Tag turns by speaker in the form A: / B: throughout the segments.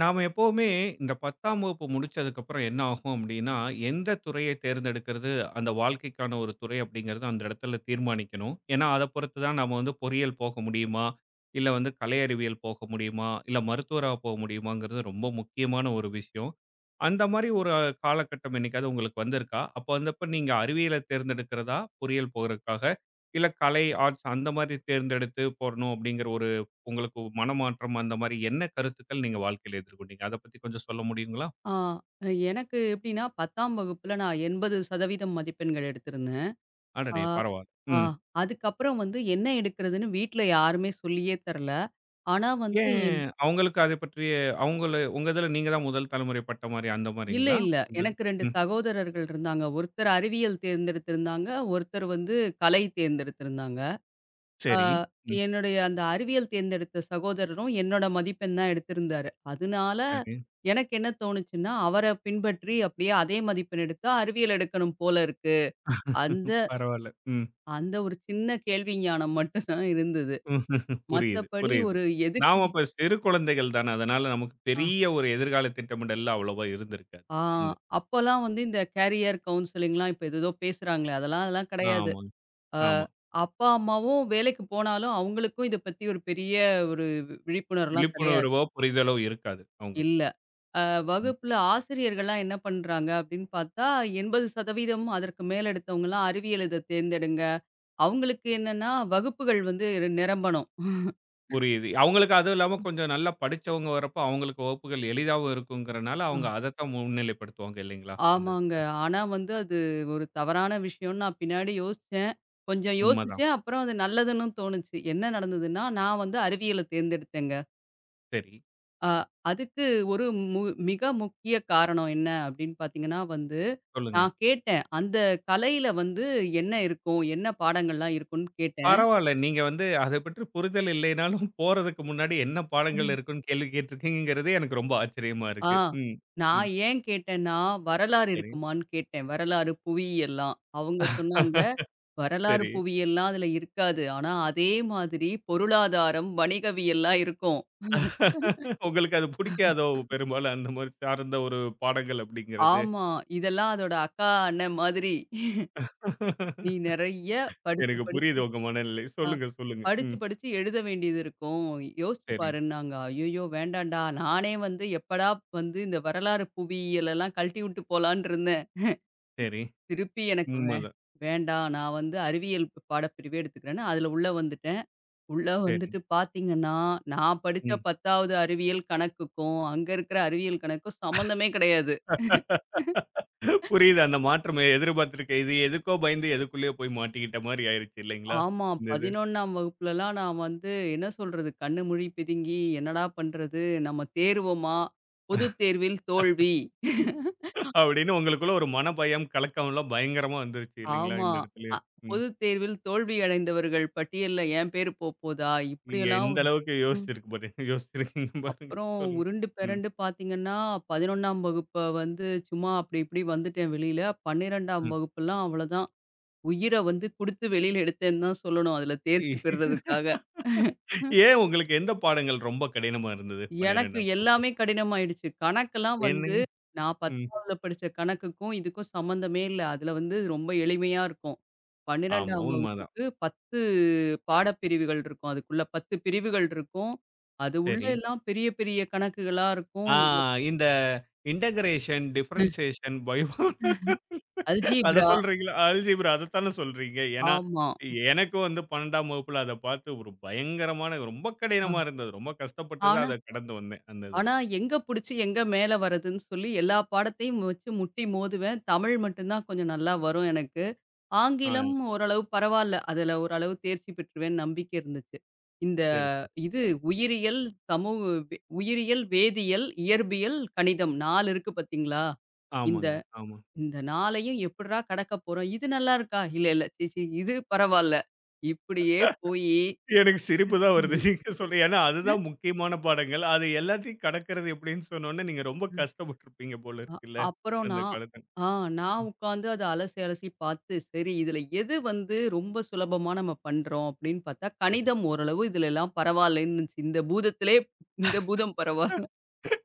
A: நாம எப்பவுமே இந்த 10ஆம் வகுப்பு முடிச்சதுக்கப்புறம் என்ன ஆகும் அப்படின்னா, எந்த துறையை தேர்ந்தெடுக்கிறது, அந்த வாழ்க்கைக்கான ஒரு துறை அப்படிங்கிறத அந்த இடத்துல தீர்மானிக்கணும். ஏன்னா, அத பொறுத்து தான் நாம வந்து பொறியியல் போக முடியுமா? இல்ல வந்து கலை அறிவியல் போக முடியுமா? இல்ல மருத்துவரா போக முடியுமாங்கிறது ரொம்ப முக்கியமான ஒரு விஷயம். அந்த மாரி ஒரு காலகட்டம் என்னைக்காவது உங்களுக்கு வந்திருக்கா? அப்ப வந்தப்ப நீங்க அறிவியலை தேர்ந்தெடுக்கிறதா? பொறியியல் போறதுக்காக? இல்ல கலை, ஆர்ட்ஸ் அந்த மாரி தேர்ந்தெடுத்து போடணும் அப்படிங்கிற ஒரு உங்களுக்கு மனமாற்றம் அந்த மாரி என்ன கருத்துக்கள் நீங்க வாழ்க்கையில எதிர்கொண்டீங்க? அத பத்தி கொஞ்சம் சொல்ல முடியுங்களா?
B: ஆ, எனக்கு எப்படின்னா 10ஆம் வகுப்புல நான் 80% மதிப்பெண்கள் எடுத்திருந்தேன். ஆ,
A: அடடே! பரவால்ல.
B: ஆ
A: ம்.
B: அதுக்கப்புறம் வந்து என்ன எடுக்கிறதுன்னு வீட்ல யாருமே சொல்லியே தரல. ஆனா வந்து
A: ஏன்
B: என்
A: அவங்களுக்கு அதை பற்றிய அவங்கள உங்க இதுல நீங்க தான் முதல் தலைமுறை பட்ட மாரி அந்த
B: இல்ல,
A: மாரிங்களா?
B: இல்ல.
A: உங்க
B: எனக்கு 2
A: ம்.
B: சகோதரர்கள் இருந்தாங்க. ஒருத்தர் அறிவியல் தேர்ந்தெடுத்திருந்தாங்க. ஒருத்தர் வந்து கலை தேர்ந்தெடுத்திருந்தாங்க. ஆ
A: சரி. ம்.
B: என்னுடைய அந்த அறிவியல் தேர்ந்தெடுத்த சகோதரரும் என்னோட மதிப்பெண் தான் எடுத்திருந்தாரு. அதனால
A: சரி.
B: எனக்கு என்ன தோணுச்சுன்னா, அவர பின்பற்றி அப்படியே அதே மதிப்பெண் எடுத்தா அறிவியல் எடுக்கணும் போல இருக்கு. அந்த
A: பரவால்ல. ம்.
B: அந்த ஒரு சின்ன கேள்வி ஞானம் மட்டும் தான் இருந்தது.
A: ம், புரியுது,
B: மத்தபடி
A: புரியுது.
B: ஒரு எதுக்கு
A: நாம அப்ப சிறு குழந்தைகள் தான. அதனால நமக்கு
B: அ
A: பெரிய ஒரு எதிர்கால திட்டமிடல்லாம் அவ்வளவா இருந்திருக்காது.
B: ஆ
A: இந்த
B: அப்பலாம் வந்து இந்த கேரியர் கவுன்சிலிங்லாம் இப்ப ஏதேதோ பேசுறாங்களே! அதெல்லாம் அதெல்லாம் கிடையாது.
A: ஆமாங்க.
B: அ
A: ஆமா.
B: அப்பா, அம்மாவும் வேலைக்கு போனாலும் அவங்களுக்கும் இத பத்தி ஒரு பெரிய ஒரு விழிப்புணர்வுலாம் கிடையாது.
A: விழிப்புணர்வோ, புரிதலோ இருக்காது அவங்களுக்கு.
B: இல்ல. அ
A: ம்.
B: வகுப்புல ஆசிரியர்கள்லாம் என்ன பண்றாங்க அப்படின்னு பார்த்தா, 80% அதற்கு மேல் எடுத்தவங்கலாம் அறிவியல் இத தேர்ந்தெடுங்க. அவங்களுக்கு என்னன்னா வகுப்புகள் வந்து நிரம்பணும்.
A: புரியுது. அவங்களுக்கு அதுவும் இல்லாம கொஞ்சம் நல்லா படிச்சவங்க வரப்ப, அவங்களுக்கு வகுப்புகள் எளிதாவும் இருக்குங்கிறனால, அவங்க அதத்தான் முன்னிலைப்படுத்துவாங்க இல்லைங்களா? அந்த
B: ஆமாங்க. ஆனா வந்து அது ஒரு தவறான விஷயம்ன்னு நான் பின்னாடி யோசிச்சேன். கொஞ்சம்
A: உண்மதான்.
B: யோசிச்சேன். அப்புறம் அது நல்லதுன்னும் தோணுச்சு. என்ன நடந்ததுன்னா, நான் வந்து அறிவியல தேர்ந்தெடுத்தேங்க.
A: சரி,
B: அ அதுக்கு ஒரு மு மிக முக்கிய காரணம் என்ன அப்படின்னு பார்த்தீங்கன்னா வந்து,
A: சொல்லுங்க.
B: நான் கேட்டேன். அந்த கலையில வந்து என்ன இருக்கும்? என்ன பாடங்கள்லாம் இருக்கும்ன்னு கேட்டேன்.
A: பரவால்ல. நீங்க வந்து அத பற்றி புரிதல் இல்லைனாலும், போறதுக்கு முன்னாடி என்ன பாடங்கள் இருக்குன்னு கேள்வி கேட்டிருக்கீங்கங்கிறதே எனக்கு ரொம்ப ஆச்சரியமா
B: ஆ.
A: இருக்கு. ம், ம்.
B: நான் ஏன் கேட்டேன்னா, வரலாறு
A: சரி,
B: இருக்குமான்னு கேட்டேன். வரலாறு, புவியியல்லாம். அவங்க சொன்னாங்க, "வரலாறு,
A: சரி.
B: புவியியல்லாம் அதுல இருக்காது. ஆனா, அதே மாதிரி பொருளாதாரம், வணிகவியல்லாம் இருக்கும்."
A: உங்களுக்கு அது பிடிக்காதோ? பெரும்பாலும் அந்த மாரி சார்ந்த ஒரு பாடங்கள் அப்படிங்கிறது.
B: ஆமா. இதெல்லாம் அதோட அக்கா, அண்ணன் மாதிரி. நீ நெறைய படிச்சு,
A: எனக்கு
B: படிச்சு
A: புரியுது உங்க மனநிலை.
B: ஆ
A: சொல்லுங்க, சொல்லுங்க.
B: படிச்சு,
A: ம்.
B: படிச்சு எழுத வேண்டியது இருக்கும். யோசிச்சு
A: சரி,
B: பாருன்னாங்க. "ஐயய்யோ! வேண்டான்டா. நானே வந்து எப்படா வந்து இந்த வரலாறு, புவியியலெல்லாம் கழட்டி விட்டு போலான்ருந்தேன்."
A: சரி.
B: திருப்பி எனக்கு வே
A: உண்மதான்.
B: வேண்டாம். நான் வந்து அறிவியல் பாடப்பிரிவே எடுத்துக்கிறேன்னு, அதில உள்ள வந்துட்டேன். உள்ள
A: சரி.
B: வந்துட்டு பார்த்தீங்கன்னா, நான் படிச்ச
A: ம்.
B: 10வது அறிவியல் கணக்குக்கும், அங்க இருக்கிற அறிவியல் கணக்கும் சம்மந்தமே கிடையாது.
A: புரியுது அந்த மாற்றம் எதிர்பார்த்திருக்க இது எதுக்கோ பயந்து எதுக்குள்ளேயோ போய் மாட்டிக்கிட்ட மாதிரி ஆயிருச்சு இல்லைங்களா?
B: ஆமா.
A: இந்த இது.
B: 11ஆம் வகுப்புலலாம் நான் வந்து என்ன சொல்றது? கண்ணு மூடி பிதுங்கி, என்னடா பண்றது? நம்ம தேறுவோமா? பொதுத் தேர்வில் தோல்வி.
A: அப்படின்னு உங்களுக்குள்ள ஒரு மனபயம், கலக்கம்லாம் பயங்கரமா வந்துருச்சு இல்லைங்களா?
B: ஆமா.
A: இந்த
B: அ
A: இடத்துலயும். ம்.
B: பொதுத் தேர்வில் தோல்வி அடைந்தவர்கள் பட்டியல்ல என் பேரு போப்போதா?
A: நீங்க
B: இப்படியெல்லாம்
A: எந்த
B: ஒரு
A: அளவுக்கு
B: ம்.
A: யோசிச்சிருக்கு பாரு யோசிச்சிருக்கீங்க பாருங்க.
B: அப்புறம்
A: சொல்லுங்க.
B: உருண்டு
A: ம்.
B: பெரண்டு பார்த்தீங்கன்னா, 11ஆம் வகுப்ப வந்து சும்மா அப்படி இப்படி வந்துட்டேன் வெளியில. 12ஆம்
A: ம்.
B: வகுப்புலாம் அவ்வளோதான். உயிர வந்து குடுத்து வெளியில எடுத்தேன்னு தான் சொல்லணும். அதுல தேர்ச்சி பெறுறதுக்காக.
A: ஏன் உங்களுக்கு எந்த பாடங்கள் ரொம்ப கடினமா இருந்தது?
B: எனக்கு
A: 12ஆம் வகுப்பு.
B: எல்லாமே கடினமாயிடுச்சு. கணக்கெல்லாம் வந்து
A: என்னங்க?
B: நான்
A: ம்.
B: 10ஆவதுல படிச்ச கணக்குக்கும், இதுக்கும் சம்மந்தமே இல்ல. அதுல வந்து ரொம்ப எளிமையா இருக்கும்.
A: ஆமா,
B: 12ஆம்
A: உண்மதான்.
B: வகுப்புக்கு 10 பாடப்பிரிவுகள் இருக்கும். அதுக்குள்ள 10 பிரிவுகள் இருக்கும். அது உள்ள
A: சரி.
B: எல்லாம் பெரிய பெரிய கணக்குகளா இருக்கும்.
A: ஆ இந்த இன்டகிரேஷன், டிஃபரன்சியேஷன், பயோ அத
B: அல்ஜீப்ரா.
A: சொல்றீங்களா? அல்ஜீப்ரா அதத்தான சொல்றீங்க. ஏன்னா,
B: ஆமா.
A: எனக்கும் வந்து 12ஆம் வகுப்புல அத பார்த்து ஒரு பயங்கரமான ரொம்ப
B: அ
A: கடினமா இருந்தது. ரொம்ப கஷ்டப்பட்டு தான்
B: ஆனா
A: அத கடந்து வந்தேன், அந்த இதுல.
B: ஆனா எங்க புடிச்சு எங்க மேல வரதுன்னு சொல்லி எல்லா பாடத்தையும் வச்சு முட்டி மோதுவேன். தமிழ் மட்டும் தான் கொஞ்சம் நல்லா வரும் எனக்கு.
A: ஆ
B: ஆங்கிலம் ஓரளவு பரவால்ல. அதுல ஓரளவு தேர்ச்சி பெற்றுவேன்னு நம்பிக்கை இருந்துச்சு. இந்த
A: சரி, சரி.
B: இது உயிரியல், சமூக வே உயிரியல், வேதியியல், இயற்பியல், கணிதம் 4 இருக்கு பார்த்தீங்களா? இந்த
A: ஆமாங்க, ஆமா.
B: இந்த 4யும் எப்புட்றா கடக்க போறோம்? இது நல்லா இருக்கா? இல்ல, இல்ல. சீ சீ இது பரவால்ல. இப்படியே போயி
A: எனக்கு சிரிப்பு தான் வருது. நீங்க சொல்லி ஏன்னா அதுதான் முக்கியமான பாடங்கள். அது எல்லாத்தையும் கடக்கிறது எப்படின்னு சொன்னோனே, நீங்க ரொம்ப கஷ்டப்பட்டுருப்பீங்க போல
B: அ
A: இருக்குல்ல,
B: அப்புறம்
A: அந்த
B: நான்
A: காலத்துல.
B: ஆ நான்
A: ம்
B: உட்காந்து அத அலசி அலசி பார்த்து, சரி இதில எது வந்து ரொம்ப சுலபமா நம்ம பண்றோம் அப்படின்னு பார்த்தா,
A: சரி.
B: கணிதம் ஓரளவு இதுல எல்லாம் பரவாயில்லன்னு இருந்துச்சு. இந்த பூதத்திலே இந்த பூதம் பரவா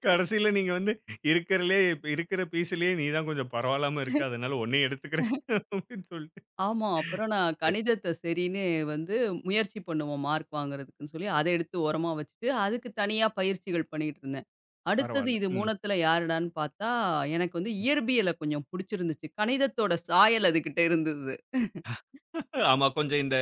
A: கடைசில நீங்க வந்து இருக்கிறதுலயே இருக்கிற பீஸ்லயே நீ தான் கொஞ்சம் பரவாயில்லாம இருக்க. அதனால உன்னையும் எடுத்துக்கிறேன் அப்படின்னு சொல்லிட்டு,
B: ஆமா. அப்புறம் நான்
A: சரி
B: கணிதத்த சரின்னு வந்து முயற்சி பண்ணுவோம் மார்க் வாங்குறதுக்குன்னு சொல்லி, அத எடுத்து ஓரமா வச்சுட்டு, அதுக்கு தனியா பயிற்சிகள் பண்ணிட்டு இருந்தேன். அடுத்தது
A: பரவால்ல.
B: இது
A: ம்.
B: 3த்துல யாருடான்னு பார்த்தா, எனக்கு வந்து இயற்பியல கொஞ்சம் புடிச்சிருந்துச்சு. கணிதத்தோட சாயல் அதுகிட்ட இருந்தது.
A: ஆமா. கொஞ்சம் இந்த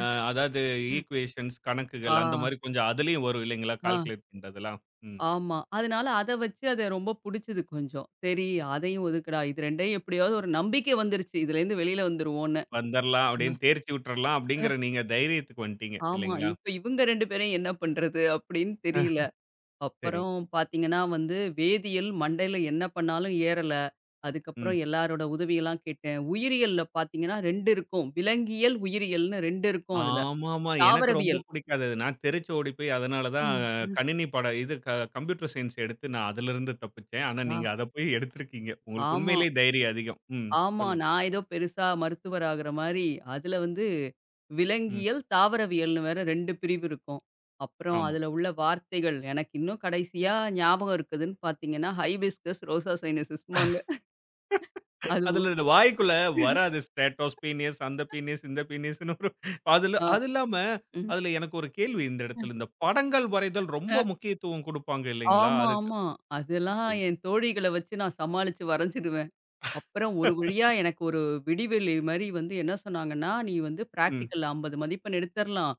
A: அ அதாவது ஈக்குவேஷன்ஸ்,
B: ஆ,
A: கணக்குகள் அந்த மாரி கொஞ்சம் அதுலயும் வரும் இல்லைங்களா?
B: ஆ.
A: கால்குலேட் பண்றதெல்லாம். ம்.
B: ஆமா. அதனால அத வச்சு அத ரொம்ப புடிச்சது கொஞ்சம். சரி அதையும் ஒதுக்குடா. இது 2யும் எப்படியாவது ஒரு நம்பிக்கை வந்துருச்சு. இதுலேருந்து வெளியில வந்துருவோம்ன்னு.
A: வந்துரலாம்
B: அ.
A: அப்படின்னு தேர்ச்சி விட்டுறலாம்
B: அ
A: அப்படிங்கிற நீங்க தைரியத்துக்கு வந்துட்டீங்க
B: ஆமா.
A: இல்லைங்களா?
B: இப்ப இவங்க 2 பேரையும் என்ன பண்றது அப்படின்னு தெரியல.
A: அஹ், சரி.
B: அப்புறம் பார்த்தீங்கன்னா வந்து வேதியியல் மண்டையில என்ன பண்ணாலும் ஏறல. அதுக்கப்புறம்
A: ம்.
B: எல்லாரோட உதவியெல்லாம் கேட்டேன். உயிரியல்ல பார்த்தீங்கன்னா 2 இருக்கும். விலங்கியல், உயிரியல்னு 2 இருக்கும் அதுல.
A: ஆமாமா. எனக்கு ரொம்ப
B: தாவரவியல்.
A: பிடிக்காது அது. நான் தெறிச்சு ஓடி போய் அதனால தான்
B: ம். ம்.
A: கணினி பாடம் இது கம்ப்யூட்டர் சயின்ஸ் எடுத்து நான் அதிலிருந்து தப்பிச்சேன். ஆனா
B: ஆ
A: நீங்க அத போய் எடுத்திருக்கீங்க. உங்களுக்கு
B: ஆமா.
A: உண்மையிலேயே தைரியம் அதிகம். ம்.
B: ஆமா.
A: சொல்லுங்க.
B: நான் ஏதோ பெருசா மருத்துவர் ஆகுற மாரி, அதுல வந்து
A: ம்.
B: விலங்கியல், தாவரவியல்னு வேற 2 பிரிவு இருக்கும். அப்புறம்
A: ஆமா.
B: அதுல உள்ள வார்த்தைகள் எனக்கு இன்னும் கடைசியா ஞாபகம் இருக்குதுன்னு பார்த்தீங்கன்னா, ஹைபிஸ்கஸ், ரோசா சைனசிஸ்ம்பாங்க. அதுவும்
A: அதுல இந்த வாய்க்குள்ள வராது. ஸ்ட்ராட்டோஸ் பீனியஸ், அந்த பீனியஸ், இந்த பீனியஸ்ன்னு ஒரு அதுல
B: ஆ,
A: அது இல்லாம,
B: ம்.
A: அதுல எனக்கு ஒரு கேள்வி இந்த இடத்துல. இந்த படங்கள் வரைதல்
B: அ
A: ரொம்ப முக்கியத்துவம் குடுப்பாங்க இல்லைங்களா?
B: ஆமா,
A: அதுக்கு
B: ஆமா. அதெல்லாம்
A: ஐயோ!
B: என் தோழிகள வச்சு நான் சமாளிச்சு வரைஞ்சிடுவேன். அப்புறம் ஒரு வழியா எனக்கு ஒரு விடிவெளி மாரி வந்து என்ன சொன்னாங்கன்னா, "நீ வந்து
A: ம்,
B: பிராக்டிகல்ல 50 மதிப்பெண் எடுத்தறலாம்.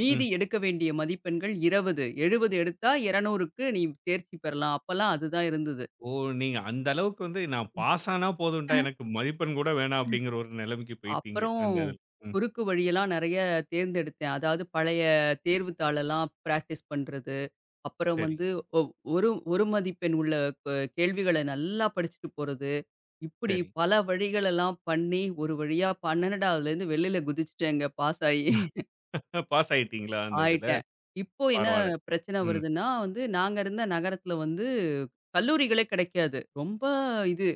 B: மீதி
A: ம்.
B: எடுக்க வேண்டிய மதிப்பெண்கள் 20. 70 எடுத்தா 200க்கு நீ தேர்ச்சி பெறலாம்." அப்பலாம் அதுதான் இருந்தது.
A: ஓ! நீங்க அந்த அளவுக்கு வந்து நான் பாஸ் ஆனா போதும்டா,
B: அ.
A: எனக்கு மதிப்பெண் கூட வேணாம் அப்படிங்கிற ஒரு நிலைமைக்கு போயிட்டீங்க.
B: அப்புறம்
A: அந்த இதுல. ம்.
B: குறுக்கு வழியெல்லாம் நெறைய தேர்ந்தெடுத்தேன். அதாவது பழைய தேர்வுத்தாளெல்லாம் பிராக்டிஸ் பண்றது. அப்புறம்
A: சரி,
B: வந்து ஒ ஒரு ஒரு மதிப்பெண் உள்ள கேள்விகள நல்லா படிச்சுட்டு போறது. இப்படி
A: சரி.
B: பல வழிகளெல்லாம் பண்ணி, ஒரு வழியா 12வதுலேருந்து வெளில குதிச்சுட்டேங்க பாஸ் ஆயி.
A: பாஸ் ஆயிட்டீங்களா அந்த இதுல?
B: ஆயிட்டேன். இப்போ என்ன
A: பரவால்ல.
B: பிரச்சனை
A: ம்.
B: வருதுன்னா வந்து, நாங்க இருந்த நகரத்தில வந்து கல்லூரிகளே கிடைக்காது. ரொம்ப இது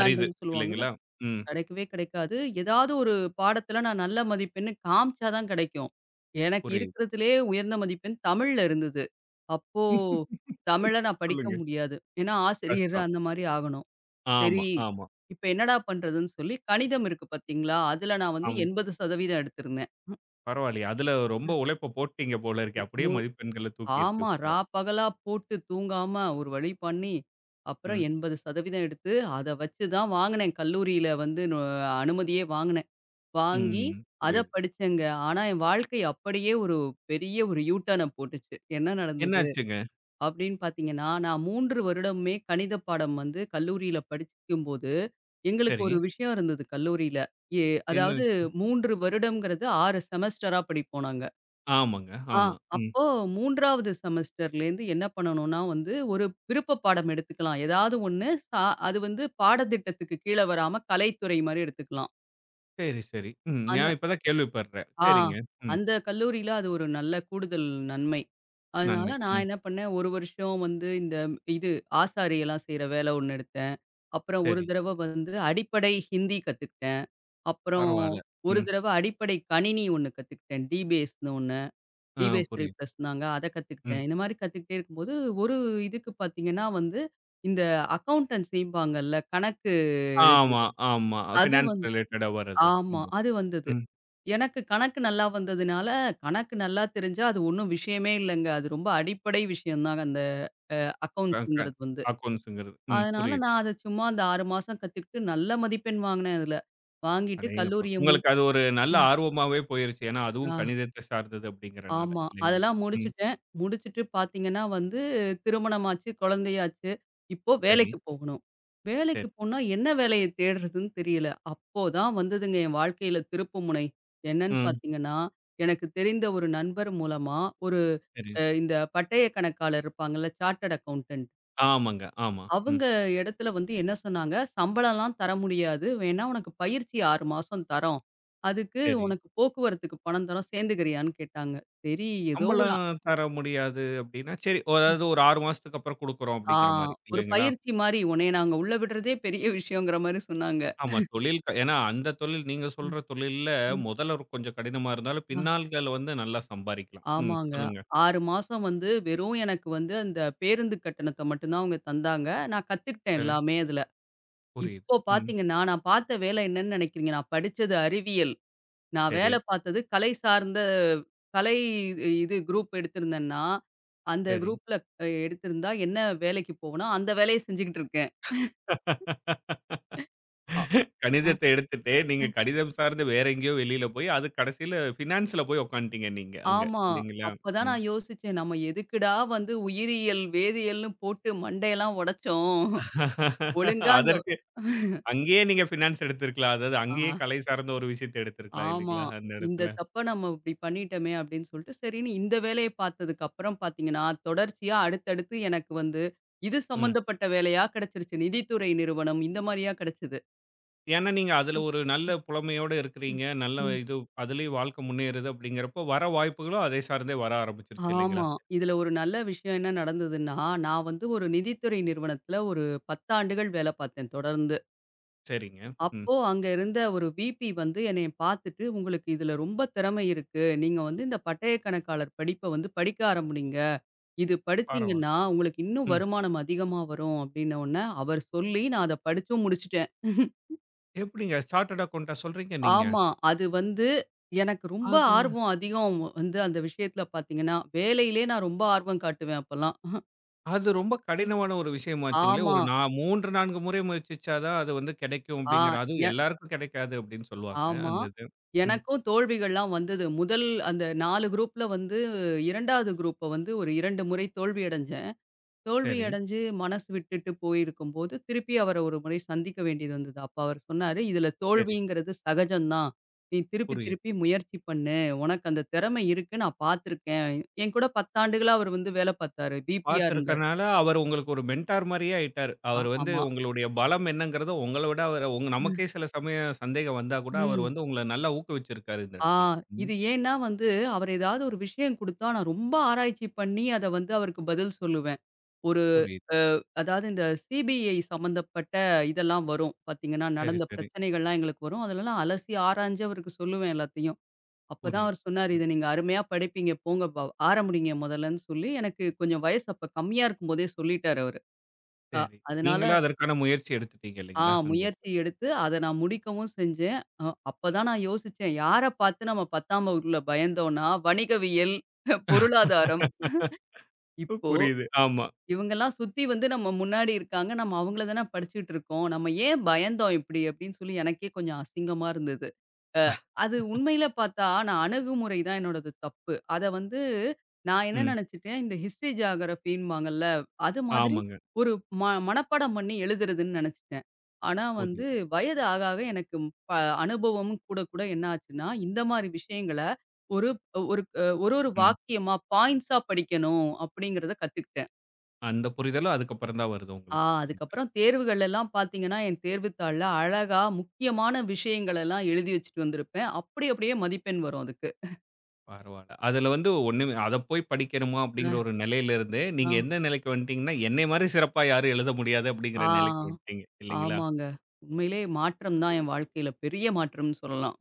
A: அரிது
B: சொல்லுவாங்கல்ல.
A: இல்லைங்களா? ம்.
B: கிடைக்கவே கிடைக்காது. ஏதாவது ஒரு பாடத்தில நான் நல்ல மதிப்பெண்ணு காமிச்சா தான் கிடைக்கும். எனக்கு
A: புரியுது.
B: இருக்கிறதுலயே உயர்ந்த மதிப்பெண் தமிழ்ல இருந்தது. அப்போ தமிழ நான் படிக்க
A: சொல்லுங்க.
B: முடியாது. ஏன்னா ஆசிரியர்
A: கஷ்டம்.
B: அந்த மாரி ஆகணும்.
A: ஆமா,
B: சரி,
A: ஆமா,
B: இப்ப என்னடா பண்றதுன்னு சொல்லி கணிதம் இருக்கு பார்த்தீங்களா? அதுல நான் வந்து
A: ஆமா.
B: 80% எடுத்திருந்தேன்.
A: பரவாயில்லையே! அதுல ரொம்ப உழைப்ப போட்டீங்க போல இருக்கே!
B: மு
A: அப்படியே
B: மு-
A: மதிப்பெண்கள தூக்கியிருக்கு
B: ஆமா. ரா
A: ஃபுல்லா.
B: பகலா போட்டு தூங்காம ஒரு வழி பண்ணி, அப்புறம்
A: ம்.
B: 80% எடுத்து, அத வச்சு தான் வாங்குனேன். கல்லூரியில வந்து நு அனுமதியே வாங்குனேன். வாங்கி
A: ம்.
B: அத
A: புரியுது.
B: படிச்சேங்க. ஆனா என் வாழ்க்கை அப்படியே ஒரு பெரிய ஒரு யூ டர்ன போட்டுச்சு. என்ன நடந்தது?
A: என்னாச்சுங்க?
B: அப்படின்னு பார்த்தீங்கன்னா, நான் 3 வருடமுமே கணித பாடம் வந்து கல்லூரியில படிக்கும்போது, எங்களுக்கு
A: சரி.
B: ஒரு விஷயம் இருந்தது கல்லூரியில. எ
A: என்ன
B: அதாவது
A: விஷயம்?
B: 3 வருடம்ங்கிறது 6 செமஸ்டரா படிப்போம் நாங்க.
A: ஆமாங்க.
B: ஆ
A: ஆமா. ம்.
B: அப்போ 3வது செமஸ்டர்லேருந்து என்ன பண்ணணும்னா வந்து, ஒரு விருப்ப பாடம் எடுத்துக்கலாம். ஏதாவது ஒண்ணு சா அது வந்து பாடத்திட்டத்துக்கு கீழ வராம கலைத்துறை மாரி எடுத்துக்கலாம்.
A: சரி, சரி. ம்.
B: அந்த
A: நான் இப்ப தான் கேள்விப்படுறேன்.
B: ஆ.
A: சரிங்க. ம்.
B: அந்த கல்லூரியில அது ஒரு நல்ல கூடுதல் நன்மை. அதனால
A: நன்மை.
B: நான்
A: ம்.
B: என்ன பண்ணேன், ஒரு வருஷம் வந்து இந்த இது ஆசாரி எல்லாம் செய்ற வேலை ஒண்ணு எடுத்தேன். அப்புறம் ஒரு
A: சரி.
B: தடவ வந்து அடிப்படை ஹிந்தி கத்துக்கிட்டேன். அப்புறம்
A: பரவால்ல.
B: ஒரு
A: ம்.
B: தடவ அடிப்படை கணினி ஒண்ணு கத்துக்கிட்டேன். டிபேஸ்ன்னு ஒண்ணு.
A: ஆ
B: டிபேஸ்
A: புரியுது.
B: 3+ன்னாங்க. அத கத்துக்கிட்டேன்.
A: ம்.
B: இந்த மாரி கத்துக்கிட்டே இருக்கும்போது, ஒரு இதுக்கு பார்த்தீங்கன்னா வந்து, இந்த அக்கவுண்டன்சிம்பாங்கல்ல கணக்கு
A: ஆமா,
B: எழுதுறது.
A: ஆமா.
B: அது
A: ஃபினான்ஸ்
B: வந்து
A: ரிலேட்டடா வர்றது.
B: ஆமா.
A: இந்த
B: அது வந்தது.
A: ம்.
B: எனக்கு கணக்கு நல்லா வந்ததுனால, கணக்கு நல்லா தெரிஞ்சா அது ஒண்ணும் விஷயமே இல்லங்க. அது ரொம்ப அடிப்படை விஷயம் தாங்க அந்த
A: க க
B: அக்கவுண்ட்ஸ்ங்கிறது வந்து.
A: அக்கவுண்ட்ஸ்ங்கிறது. ம்.
B: அதனால
A: புரியுது.
B: நான் அத சும்மா அந்த 6 மாசம் கத்துக்கிட்டு நல்ல மதிப்பெண் வாங்கினேன் அதுல. வாங்கிட்டு
A: அடேங்கப்பா!
B: கல்லூரிய முடி
A: உங்களுக்கு அது ஒரு நல்ல
B: ம்.
A: ஆர்வமாவே போயிருச்சு. ஏன்னா, அதுவும்
B: ஆ.
A: கணிதத்த சார்ந்தது அப்படிங்கிறனால.
B: ஆமா.
A: இல்லைங்களா?
B: அதெல்லாம்
A: ம்.
B: முடிச்சுட்டேன். முடிச்சுட்டு பார்த்தீங்கன்னா வந்து, திருமணமாச்சு, குழந்தையாச்சு. இப்போ
A: சரி.
B: வேலைக்கு போகணும்.
A: சரி.
B: வேலைக்கு போனா என்ன வேலைய தேடுறதுன்னு தெரியல. அப்போ தான் வந்ததுங்க என் வாழ்க்கையில திருப்புமுனை. என்னன்னு
A: ம்.
B: பார்த்தீங்கன்னா, எனக்கு தெரிந்த ஒரு நண்பர் மூலமா ஒரு
A: சரி.
B: அ இந்த பட்டய கணக்காளர் இருப்பாங்கல்ல, சார்ட்டர்ட் அக்கவுண்டன்ட்.
A: ஆமாங்க. ஆமா. ம்.
B: அவங்க இடத்துல வந்து என்ன சொன்னாங்க, "சம்பளம்லாம் தர முடியாது. வேணா உனக்கு பயிற்சி 6 மாசம் தரோம். அதுக்கு
A: சரி.
B: உனக்கு போக்குவரத்துக்கு பணம் தரோம். சேர்ந்துக்கிறியான்னு" கேட்டாங்க. சரி, ஏதோ ஒரு
A: சம்பளம் தர முடியாது அப்படின்னா, சரி அதாவது ஒரு 6 மாசத்துக்கு அப்புறம் குடுக்குறோம்
B: ஆ
A: அப்படிங்கிற மாரி
B: ஒரு
A: இல்லைங்களா?
B: பயிற்சி மாரி, உன்னைய நாங்க உள்ள விடுறதே பெரிய விஷயங்கிற மாரி சொன்னாங்க.
A: ஆமா. தொழில் ஏன்னா அந்த தொழில் நீங்க
B: ம்,
A: சொல்ற தொழில்ல
B: ம்.
A: முதல்ல ஒரு கொஞ்சம் கடினமா இருந்தாலும்,
B: அ
A: பின்னாள்கள் வந்து நல்லா சம்பாரிக்கலாம். ம்.
B: ஆமாங்க.
A: சொல்லுங்க.
B: 6 மாசம் வந்து வெறும் எனக்கு வந்து அந்த பேருந்து கட்டணத்த மட்டும் தான் அவங்க தந்தாங்க. நான் கத்துக்கிட்டேன்
A: சரி.
B: எல்லாமே அதுல.
A: புரியுது.
B: இப்போ
A: ம்.
B: பார்த்தீங்கன்னா, நான் பார்த்த வேலை என்னன்னு நெனைக்கிறீங்க? நான் படிச்சது அறிவியல். நான்
A: சரி,
B: வேலை பார்த்தது கலை சார்ந்த கலை இது குரூப் எடுத்திருந்தேன்னா, அந்த
A: சரி.
B: குரூப்ல அ எடுத்திருந்தா என்ன வேலைக்கு போவேனோ, அந்த வேலைய செஞ்சுகிட்டு இருக்கேன். அ.
A: கணிதத்தை எடுத்துட்டு, நீங்க கணிதம் சார்ந்து வேற எங்கேயோ வெளியில போய், அது கடைசியில ஃபினான்ஸ்ல போய் உட்காந்துட்டீங்க நீங்க அங்க
B: ஆமா.
A: இல்லைங்களா?
B: அப்பதான்
A: ம்.
B: நான் யோசிச்சேன். நம்ம எதுக்குடா வந்து உயிரியல், வேதியியல்னு போட்டு மண்டையெல்லாம் உடைச்சோம். ஒழுங்கா அந்த
A: அதற்கு அங்கேயே நீங்க ஃபினான்ஸ் எடுத்திருக்கலாம். அதாவது
B: ஆ
A: அங்கேயே கலை சார்ந்த ஒரு விஷயத்த எடுத்திருக்கலாம்
B: ஆமா.
A: இல்லைங்களா? அந்த
B: இந்த
A: இடத்துல.
B: தப்ப நம்ம இப்படி பண்ணிட்டோமே அப்படின்னு சொல்லிட்டு, சரின்னு இந்த வேலைய பார்த்ததுக்கு அப்புறம் பார்த்தீங்கன்னா, தொடர்ச்சியா அடுத்தடுத்து எனக்கு வந்து இது
A: ம்.
B: சம்மந்தப்பட்ட வேலையா கிடைச்சிருச்சு. நிதித்துறை நிறுவனம் இந்த மாரியா கிடைச்சது.
A: ஏன்னா நீங்க அதுல ஒரு நல்ல புலமையோட
B: ம்.
A: இருக்கிறீங்க. நல்ல
B: ம்.
A: இது அதுலயும் வாழ்க்கை முன்னேறுது அப்படிங்கிறப்போ, வர வாய்ப்புகளும் அதை சார்ந்தே வர ஆரம்பிச்சுருச்சு இல்லைங்களா?
B: ஆமா. இதுல ஒரு நல்ல விஷயம் என்ன நடந்ததுன்னா, நான் வந்து ஒரு நிதித்துறை நிறுவனத்துல ஒரு 10 ஆண்டுகள் வேலை பார்த்தேன் தொடர்ந்து.
A: சரிங்க. ம்.
B: அப்போ அங்க இருந்த ஒரு விபி வந்து என்னைய பார்த்துட்டு, "உங்களுக்கு இதுல ரொம்ப திறமை இருக்கு. நீங்க வந்து இந்த பட்டய கணக்காளர் படிப்ப வந்து படிக்க ஆரம்பிங்க. இது
A: பரவால்ல.
B: படிச்சீங்கன்னா, உங்களுக்கு இன்னும்
A: ம்.
B: வருமானம் அதிகமா வரும்." அப்படின்ன உடனே, அவர் சொல்லி நான் அத படிச்சும் முடிச்சுட்டேன்.
A: எப்படிங்க சார்ட்டர்ட் அக்கவுண்டா சொல்றீங்க நீங்க?
B: ஆமா. அது வந்து எனக்கு ரொம்ப
A: அது
B: ஆர்வம் அதிகம் வந்து அந்த விஷயத்துல பார்த்தீங்கன்னா, வேலையிலே நான் ரொம்ப ஆர்வம் காட்டுவேன் அப்பல்லாம்.
A: அது ரொம்ப கடினமான ஒரு விஷயமாச்சுங்களே!
B: ஆமா.
A: ஒரு நா 3, 4 முறை முயற்சிச்சா தான் அது வந்து கிடைக்கும்
B: ஆ.
A: அப்படிங்கிற அதுவும்
B: எ
A: எல்லாருக்கும் கிடைக்காது அப்படின்னு சொல்லுவாங்க.
B: ஆமா.
A: அந்த இது. ம்.
B: எனக்கும் தோல்விகள்லாம் வந்தது. முதல் அந்த 4 குரூப்ல வந்து 2வது குரூப்ப வந்து ஒரு 2 முறை தோல்வி அடைஞ்சேன். தோல்வி
A: சரி,
B: அடைஞ்சு மனசு விட்டுட்டு போயிருக்கும்போது, திருப்பி அவர ஒரு முறை சந்திக்க வேண்டியது வந்தது. அப்ப அவர் சொன்னாரு, "இதுல
A: சரி.
B: தோல்விங்கிறது சகஜம் தான். நீ திருப்பி
A: புரியுது.
B: திருப்பி முயற்சி பண்ணு. உனக்கு அந்த திறமை இருக்கு. நான் பார்த்துருக்கேன்." என் கூட 10 ஆண்டுகளா அவர் வந்து வேலை பார்த்தாரு. விபியா இருந்தாரு.
A: பார்த்துருக்கனால, அவரு உங்களுக்கு ஒரு மென்டார் மாரியே ஆயிட்டாரு.
B: ஆ
A: அவரு வந்து
B: ஆமா.
A: உங்களுடைய பலம் என்னங்கிறத உங்கள விட அவர உங்க நமக்கே சில சமயம் சந்தேகம் வந்தா கூட, அவரு
B: ம்.
A: வந்து உங்கள நல்லா ஊக்குவிச்சிருக்காரு இந்த
B: ஆ
A: இடத்துல. ம்.
B: இது ஏன்னா வந்து, அவர் ஏதாவது ஒரு விஷயம் குடுத்தா, நான் ரொம்ப ஆராய்ச்சி பண்ணி அத வந்து அவருக்கு பதில் சொல்லுவேன். ஒரு
A: புரியுது.
B: அதாவது இந்த சிபிஐ சம்மந்தப்பட்ட இதெல்லாம் வரும். பார்த்தீங்கன்னா,
A: சரி,
B: நடந்த
A: சரி.
B: பிரச்சனைகள்லாம் எங்களுக்கு வரும். அதுலலாம் அலசி ஆராய்ஞ்சு அவருக்கு சொல்லுவேன் எல்லாத்தையும். அப்பதான்
A: புரியுது.
B: அவர் சொன்னாரு,
A: ம்.
B: "இத நீங்க அருமையா படிப்பீங்க. போங்க ப ஆரம்பிங்க முதல்லன்னு" சொல்லி எனக்கு கொஞ்சம் வயசு அப்ப கம்மியா இருக்கும்போதே சொல்லிட்டாரு அவரு. அ
A: சரி.
B: அதனால
A: நீங்களும் அதற்கான முயற்சி எடுத்துட்டீங்க
B: ஆ
A: இல்லைங்களா? அந்த
B: முயற்சி எடுத்து அத நான் முடிக்கவும் செஞ்சேன். அப்பதான் நான் யோசிச்சேன், யார பார்த்து நம்ம 10ஆம் வகுப்புல பயந்தோம்னா, வணிகவியல், பொருளாதாரம் இப்போ
A: புரியுது. ஆமா.
B: இவங்கலாம் சுத்தி வந்து நம்ம முன்னாடி இருக்காங்க. நம்ம அவங்கள தானே படிச்சுட்டு இருக்கோம். நம்ம ஏன் பயந்தோம் இப்படி? அப்படின்னு சொல்லி எனக்கே கொஞ்சம் அசிங்கமா இருந்தது. அது உண்மையில பார்த்தா, நான் அணுகுமுறை தான் என்னோடது தப்பு. அத வந்து நான் என்ன
A: ம்.
B: நெனச்சுட்டேன், இந்த ஹிஸ்ட்ரி ஜியோகிராஃபின்பாங்கல்ல, அது மாதிரி
A: ஆமாங்க.
B: ஒரு ம மனப்பாடம் பண்ணி எழுதுறதுன்னு நெனச்சுட்டேன். ஆனா
A: புரியுது.
B: வந்து வயது ஆக ஆக எனக்கு ப அனுபவமும் கூட கூட என்ன ஆச்சுன்னா, இந்த மாரி விஷயங்கள ஒரு ஒரு ஒரு ஒரு
A: ம்.
B: வாக்கியமா, பாயிண்ட்ஸா படிக்கணும் அப்படிங்கிறத கத்துக்கிட்டேன்.
A: அந்த புரிதலும் அதுக்கப்புறம் தான் வருது உங்களுக்கு. இல்லைங்களா?
B: அதுக்கப்புறம் தேர்வுகள் எல்லாம் பார்த்தீங்கன்னா, என் தேர்வுத்தாள்ல அழகா முக்கியமான விஷயங்கள் எல்லாம் எழுதி வச்சுட்டு வந்திருப்பேன். அப்படி அப்படியே மதிப்பெண் வரும் அதுக்கு.
A: பரவால்ல. அதுல வந்து ஒண்ணுமே அத போய் படிக்கணுமா அப்படிங்கிற
B: அ,
A: ஒரு நிலையில இருந்து,
B: ஆ,
A: நீங்க எந்த நிலைக்கு வந்துட்டீங்கன்னா, என்னைய மாரி சிறப்பா யாரும் எழுத முடியாது
B: ஆ,
A: அப்படிங்கிற நிலைக்கு வந்துட்டீங்க. இல்லைங்களா?
B: ஆமாங்க. உண்மையிலேயே மாற்றம் தான் என் வாழ்க்கையில. பெரிய மாற்றம்னு சொல்லலாம்.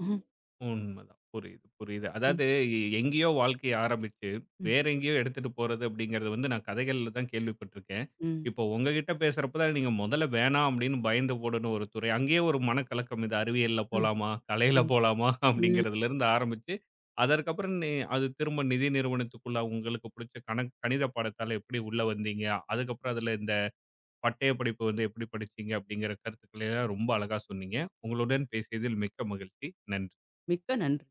A: உண்மதான். புரியுது, புரியுது.
B: ம்,
A: அதாவது எங்கேயோ வாழ்க்கைய ஆரம்பிச்சு,
B: ம்,
A: வேற எங்கேயோ எடுத்துட்டு போறது அப்படிங்கிறது வந்து நான் கதைகள்ல தான் கேள்விப்பட்டுருக்கேன்.
B: ம்,
A: இப்போ உங்ககிட்ட பேசுறப்ப தான் நீங்க முதல்ல வேணாம் அப்படின்னு பயந்து போன ஒரு துறை. அங்கேயே ஒரு மனக்கலக்கம். இது அறிவியல்ல
B: ம்,
A: போலாமா? கலையில
B: ம்,
A: போலாமா?
B: ம்.
A: அப்படிங்கிறதுலேருந்து ஆரம்பிச்சு, அதற்கப்புறம் நீ அது திரும்ப நிதி நிறுவனத்துக்குள்ள உங்களுக்கு பிடிச்ச கணித பாடத்தால எப்படி உள்ள வந்தீங்க? அதுக்கப்புறம் அதில இந்த பட்டய படிப்பு வந்து எப்படி படிச்சீங்க? அப்படிங்கிற கருத்துக்களை எல்லாம் ரொம்ப அழகா சொன்னீங்க. உங்களுடன் பேசியதில் மிக்க மகிழ்ச்சி. நன்றி.
B: மிக்க நன்றி.